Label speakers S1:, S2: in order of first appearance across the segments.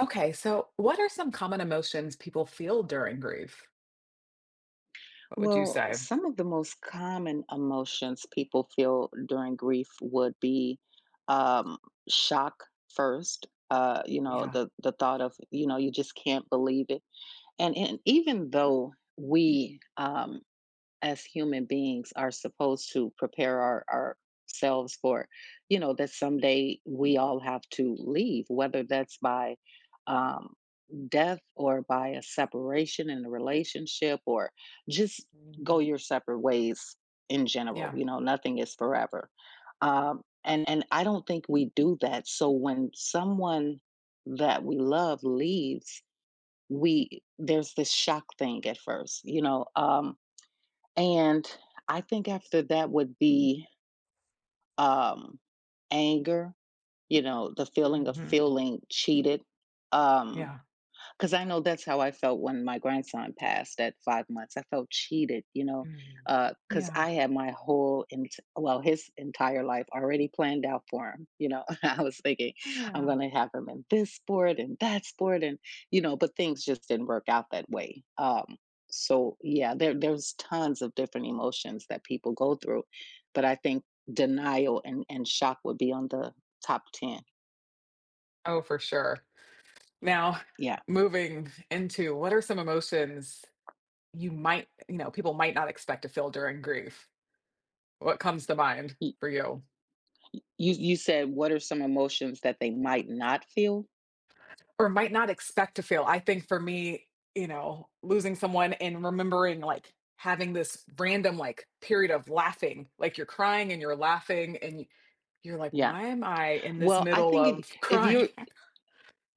S1: Okay, so what are some common emotions people feel during grief? What would you
S2: Well,
S1: say?
S2: some of the most common emotions people feel during grief would be um, shock first.
S1: Yeah.
S2: The thought of you just can't believe it, and even though we as human beings are supposed to prepare ourselves for, you know, that someday we all have to leave, whether that's by um, death or by a separation in a relationship or just go
S1: Mm,
S2: your separate ways in general.
S1: yeah.
S2: You know, nothing is forever. And I don't think we do that, so when someone that we love leaves, we there's this shock thing at first, you know. And I think after that would be um, anger, you know, the feeling of
S1: Hmm.
S2: feeling cheated. um,
S1: Yeah.
S2: 'Cause I know that's how I felt when my grandson passed at 5 months. I felt cheated, you know,
S1: Mm,
S2: cause
S1: yeah.
S2: I had my whole his entire life already planned out for him, you know? I was thinking, "I'm
S1: Yeah.
S2: gonna have him in this sport and that sport," and, you know, but things just didn't work out that way. So, yeah, there's tons of different emotions that people go through, but I think denial and shock would be on the top 10.
S1: Oh, for sure. Now,
S2: Yeah.
S1: moving into what are some emotions you might, people might not expect to feel during grief? What comes to mind for you?
S2: You said what are some emotions that they might not feel?
S1: Or might not expect to feel. I think for me, you know, losing someone and remembering, like, having this random, like, period of laughing, like, you're crying and you're laughing and y you're like,
S2: Yeah.
S1: "Why am I in this
S2: Well, I
S1: middle
S2: think if
S1: of
S2: if
S1: crying?"
S2: you're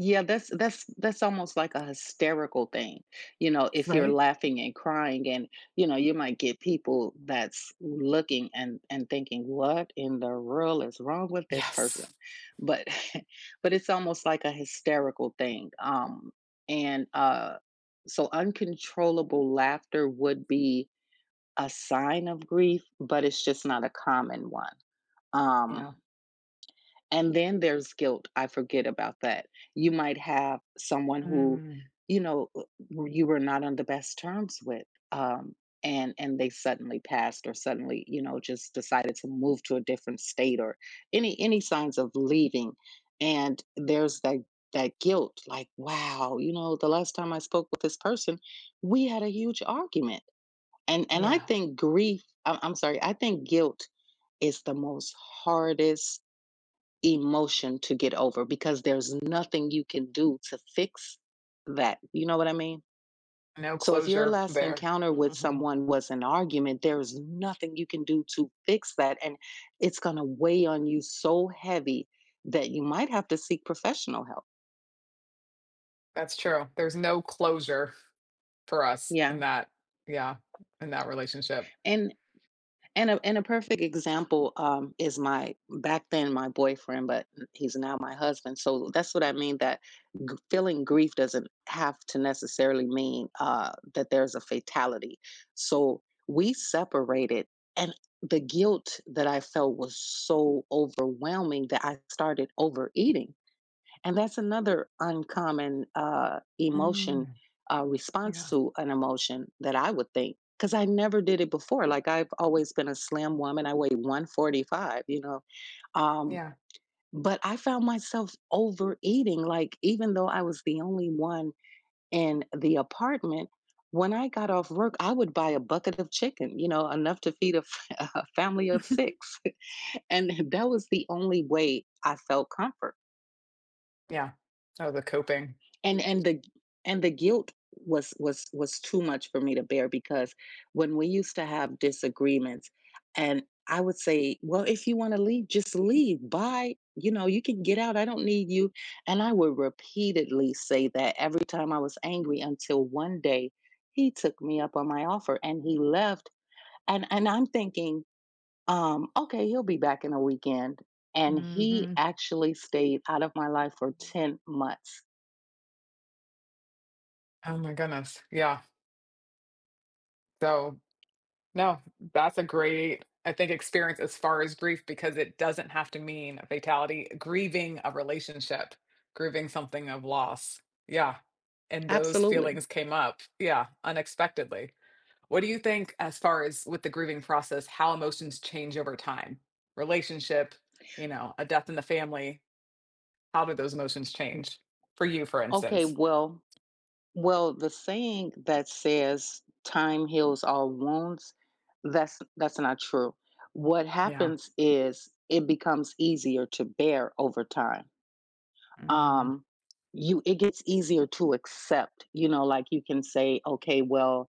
S2: yeah, that's almost like a hysterical thing. You know, if you're
S1: Right?
S2: laughing and crying and, you know, you might get people that's looking and thinking, "What in the world is wrong with this person?"
S1: Yes.
S2: But but it's almost like a hysterical thing. And so uncontrollable laughter would be a sign of grief, but it's just not a common one. Um,
S1: Yeah.
S2: and then there's guilt. I forget about that. You might have someone who,
S1: Mm,
S2: you know, you were not on the best terms with, um, and they suddenly passed, or suddenly, you know, just decided to move to a different state, or any signs of leaving. And there's that guilt, like, wow, you know, the last time I spoke with this person, we had a huge argument and I
S1: yeah.
S2: think grief I- I'm sorry I think guilt is the most hardest emotion to get over because there's nothing you can do to fix that, you know what I mean?
S1: No
S2: So if your
S1: closure
S2: last
S1: there.
S2: encounter with
S1: Mhm.
S2: someone was an argument, there's nothing you can do to fix that, and it's going to weigh on you so heavy that you might have to seek professional help.
S1: That's true. There's no closure for us
S2: Yeah.
S1: in that, yeah, in that relationship.
S2: And And a and a perfect example is my back then my boyfriend, but he's now my husband. So that's what I mean, that feeling grief doesn't have to necessarily mean that there's a fatality. So we separated, and the guilt that I felt was so overwhelming that I started overeating, and that's another uncommon emotion
S1: Mm,
S2: response
S1: yeah,
S2: to an emotion that I would think, because I never did it before. Like, I've always been a slim woman. I weigh 145, you know. Um,
S1: yeah.
S2: but I found myself overeating. Like, even though I was the only one in the apartment, when I got off work, I would buy a bucket of chicken, you know, enough to feed a, a family of six. And that was the only way I felt comfort.
S1: Yeah. Oh, the coping.
S2: And and the and the guilt was was too much for me to bear, because when we used to have disagreements, and I would say, "Well, if you wanna leave, just leave. Bye. You know, you can get out. I don't need you." And I would repeatedly say that every time I was angry, until one day he took me up on my offer and he left. And I'm thinking, "Okay, he'll be back in a weekend." And he
S1: Mhm.
S2: actually stayed out of my life for 10 months.
S1: Oh my goodness, yeah. So, no, that's a great, I think, experience as far as grief because it doesn't have to mean a fatality. Grieving a relationship, grieving something of loss. Yeah. And those
S2: Absolutely.
S1: feelings came up. Yeah. Unexpectedly. What do you think, as far as with the grieving process, how emotions change over time? Relationship, you know, a death in the family. How do those emotions change for you, for
S2: Okay,
S1: instance?
S2: well, the saying that says time heals all wounds, that's not true. What
S1: Yeah.
S2: happens is it becomes easier to bear over time.
S1: Mm,
S2: Um, you, it gets easier to accept, you know, like you can say, okay, well,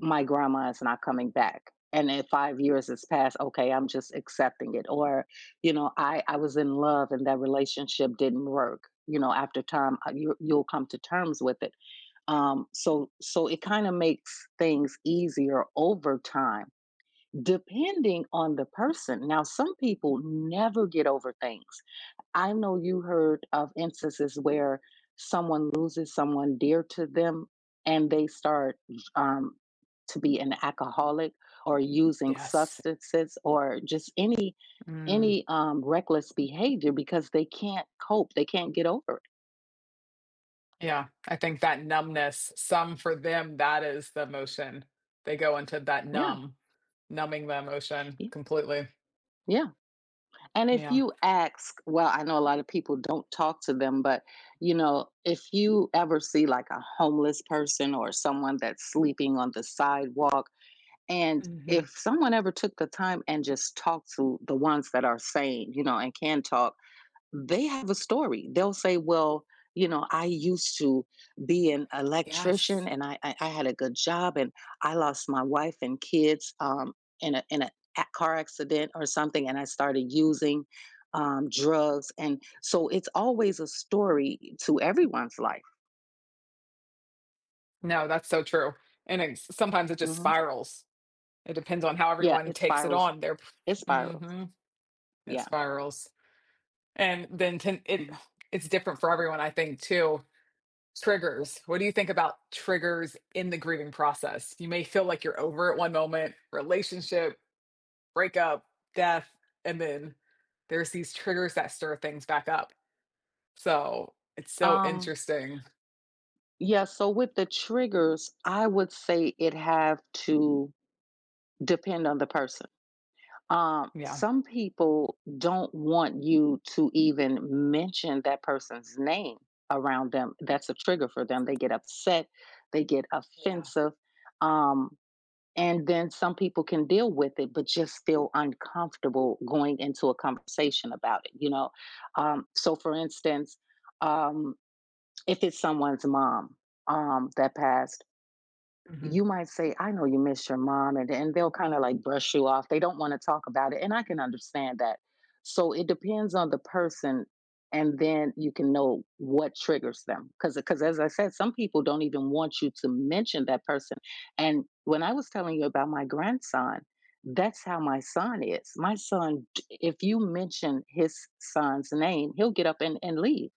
S2: my grandma is not coming back. And then 5 years has passed, okay, I'm just accepting it. Or, you know, I was in love and that relationship didn't work. You know, after time, you, you'll come to terms with it. So it kind of makes things easier over time, depending on the person. Now, some people never get over things. I know you heard of instances where someone loses someone dear to them and they start um, to be an alcoholic or using
S1: yes.
S2: substances or just any
S1: Mm.
S2: reckless behavior because they can't cope. They can't get over it.
S1: Yeah, I think that numbness, some for them, that is the emotion. They go into that
S2: Yeah.
S1: numb, numbing the emotion
S2: y-
S1: completely.
S2: Yeah. And if
S1: Yeah.
S2: you ask, well, I know a lot of people don't talk to them, but you know, if you ever see like a homeless person or someone that's sleeping on the sidewalk, and
S1: Hmm.
S2: if someone ever took the time and just talked to the ones that are sane, you know, and can talk, they have a story. They'll say, well, you know, I used to be an
S1: Yes.
S2: electrician and I had a good job and I lost my wife and kids in a car accident or something, and I started using drugs. And so it's always a story to everyone's life.
S1: No, that's so true. And it's, sometimes it just
S2: Hmm.
S1: spirals. It depends on how
S2: Yeah,
S1: everyone
S2: it
S1: takes it
S2: spirals.
S1: on. Their
S2: It spirals.
S1: hmm It
S2: Yeah.
S1: spirals, and then ten, it
S2: Mhm.
S1: it's different for everyone. I think too. Triggers. What do you think about triggers in the grieving process? You may feel like you're over it one moment, relationship, breakup, death, and then there's these triggers that stir things back up. So it's so
S2: Um,
S1: interesting.
S2: yeah. So with the triggers, I would say it have to depend on the person.
S1: Yeah.
S2: Some people don't want you to even mention that person's name around them. That's a trigger for them. They get upset, they get
S1: Yeah.
S2: offensive. Um, and then some people can deal with it, but just feel uncomfortable going into a conversation about it, you know? So, for instance, um, if it's someone's mom that passed,
S1: Mhm.
S2: you might say, "I know you miss your mom," and they'll kinda, like, brush you off. They don't wanna talk about it, and I can understand that. So it depends on the person, and then you can know what triggers them. Because as I said, some people don't even want you to mention that person, and when I was telling you about my grandson, that's how my son is. My son, d if you mention his son's name, he'll get up and leave.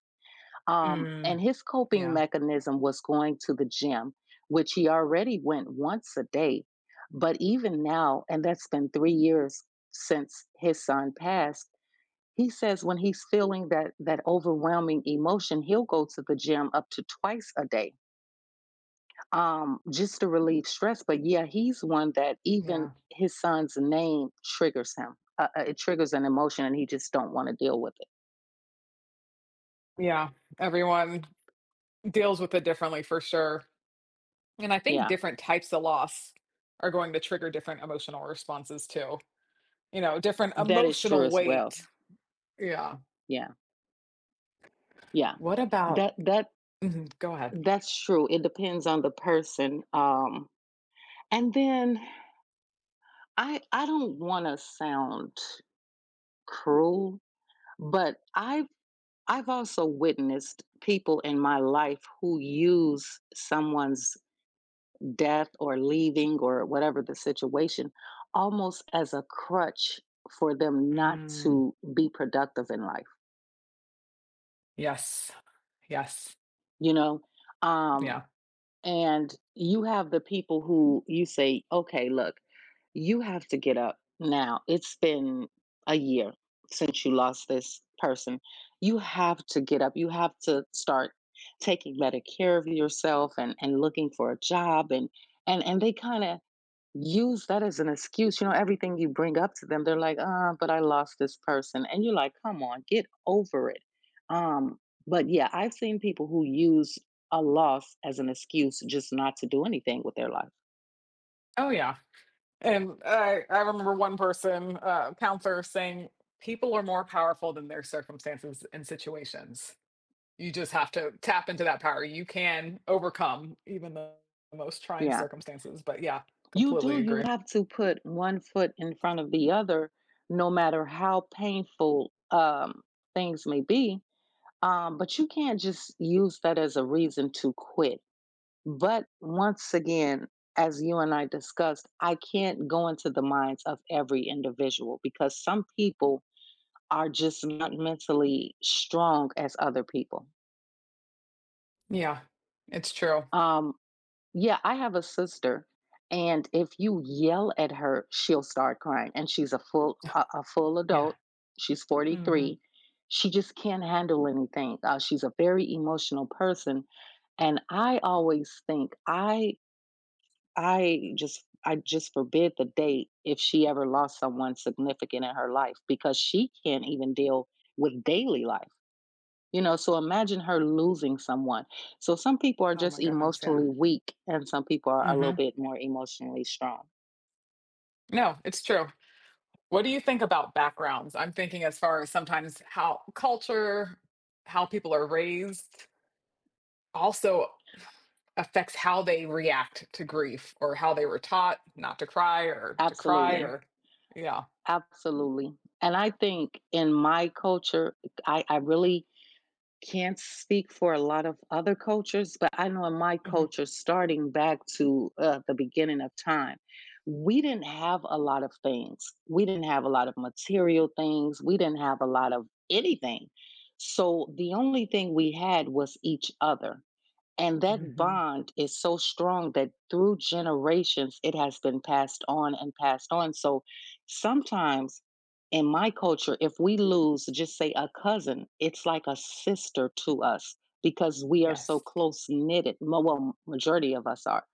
S1: Mm,
S2: And his coping
S1: yeah.
S2: mechanism was going to the gym, which he already went once a day. But even now, and that's been 3 years since his son passed, he says when he's feeling that overwhelming emotion, he'll go to the gym up to twice a day, just to relieve stress. But yeah, he's one that even
S1: Yeah.
S2: his son's name triggers him. It triggers an emotion, and he just don't want to deal with it.
S1: Yeah. Everyone deals with it differently for sure. And I think
S2: Yeah,
S1: different types of loss are going to trigger different emotional responses too. You know, different
S2: that is true
S1: emotional
S2: as well.
S1: weight. Yeah.
S2: Yeah. Yeah.
S1: What about
S2: That that
S1: Mhm, go ahead.
S2: that's true. It depends on the person. Um, and then I don't want to sound cruel, but I've also witnessed people in my life who use someone's death or leaving or whatever the situation, almost as a crutch for them not
S1: Mm,
S2: to be productive in life,
S1: yes. Yes.
S2: you know? Um,
S1: Yeah.
S2: and you have the people who you say, okay, look, you have to get up now. It's been a year since you lost this person. You have to get up. You have to start taking better care of yourself and looking for a job. And they kind of use that as an excuse, you know, everything you bring up to them, they're like, but I lost this person." And you're like, "Come on, get over it." Um, but yeah, I've seen people who use a loss as an excuse just not to do anything with their life.
S1: Oh yeah. And I remember one person, counselor, saying people are more powerful than their circumstances and situations. You just have to tap into that power. You can overcome even the most trying
S2: Yeah.
S1: circumstances. But yeah,
S2: You do,
S1: completely
S2: you
S1: agree.
S2: have to put one foot in front of the other no matter how painful, things may be, but you can't just use that as a reason to quit. But once again, as you and I discussed, I can't go into the minds of every individual because some people are just not mentally strong as other people.
S1: Yeah, it's true.
S2: Um, yeah, I have a sister, and if you yell at her, she'll start crying, and she's a full
S1: Yeah.
S2: adult. She's
S1: Hmm.
S2: 43. She just can't handle anything. She's a very emotional person, and I always think I just forbid the date if she ever lost someone significant in her life, because she can't even deal with daily life. You know, so imagine her losing someone. So some people are
S1: Oh
S2: just
S1: my goodness. Yeah.
S2: emotionally weak and some people are a little
S1: Hmm.
S2: bit more emotionally strong.
S1: No, it's true. What do you think about backgrounds? I'm thinking as far as sometimes how culture, how people are raised, also affects how they react to grief or how they were taught not to cry or to cry
S2: Absolutely.
S1: or, yeah.
S2: Absolutely. And I think in my culture, I really can't speak for a lot of other cultures, but I know in my
S1: Hmm.
S2: culture, starting back to, the beginning of time, we didn't have a lot of things. We didn't have a lot of material things. We didn't have a lot of anything. So the only thing we had was each other. And that
S1: Hmm.
S2: bond is so strong that through generations it has been passed on and passed on. So sometimes in my culture, if we lose, just say a cousin, it's like a sister to us because we are so
S1: Yes.
S2: close knitted. Well, majority of us are.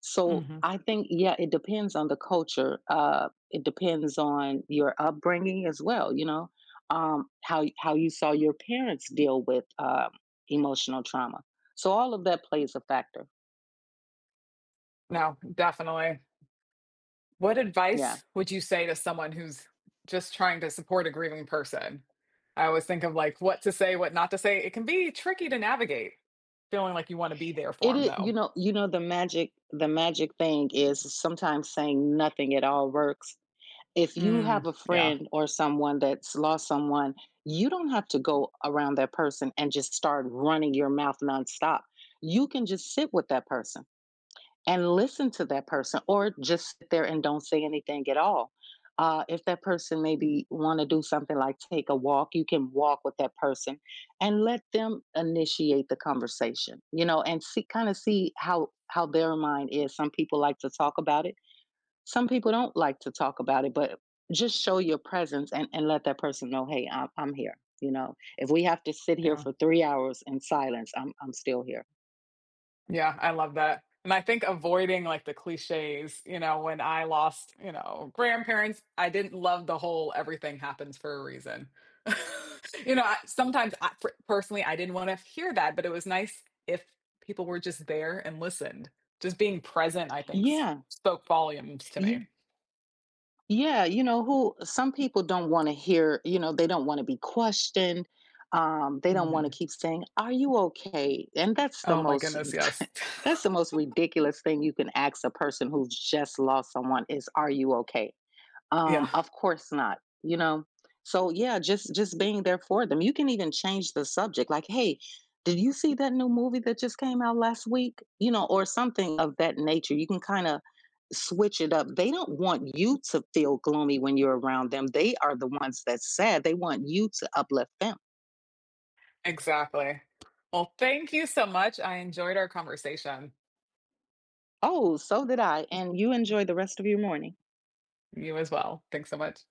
S2: So
S1: Hmm.
S2: I think, yeah, it depends on the culture. It depends on your upbringing as well. You know, how how you saw your parents deal with emotional trauma. So all of that plays a factor.
S1: No, definitely. What
S2: Yeah,
S1: advice would you say to someone who's just trying to support a grieving person? I always think of, like, what to say, what not to say. It can be tricky to navigate, feeling like you want to be there
S2: it
S1: for them
S2: is.
S1: though.
S2: You know the magic. The magic thing is sometimes saying nothing at all works. If you have
S1: Mm,
S2: a
S1: yeah.
S2: friend or someone that's lost someone, you don't have to go around that person and just start running your mouth nonstop. You can just sit with that person and listen to that person or just sit there and don't say anything at all. If that person maybe want to do something like take a walk, you can walk with that person and let them initiate the conversation, you know, and see kind of see how their mind is. Some people like to talk about it. Some people don't like to talk about it, but just show your presence and let that person know, hey, I'm here. You know, if we have to sit here
S1: Yeah.
S2: for 3 hours in silence, I'm still here.
S1: Yeah, I love that. And I think avoiding, like, the cliches, when I lost, grandparents, I didn't love the whole everything happens for a reason. Sometimes personally, I didn't want to hear that, but it was nice if people were just there and listened. Just being present, I think,
S2: Yeah,
S1: spoke volumes to
S2: yeah.
S1: me.
S2: Yeah, you know, who some people don't want to hear, you know, they don't want to be questioned. They don't want to
S1: Hmm.
S2: keep saying, "Are you okay?" And that's the
S1: Oh my
S2: most
S1: goodness, yes.
S2: that's the most ridiculous thing you can ask a person who's just lost someone is, "Are you okay?"
S1: Yeah,
S2: Of course not, you know? So yeah, just being there for them. You can even change the subject like, "Hey, did you see that new movie that just came out last week?" You know, or something of that nature. You can kinda switch it up. They don't want you to feel gloomy when you're around them. They are the ones that's sad. They want you to uplift them.
S1: exactly. Well, thank you so much. I enjoyed our conversation.
S2: "Oh, so did I, and you enjoy the rest of your morning."
S1: You as well. Thanks so much.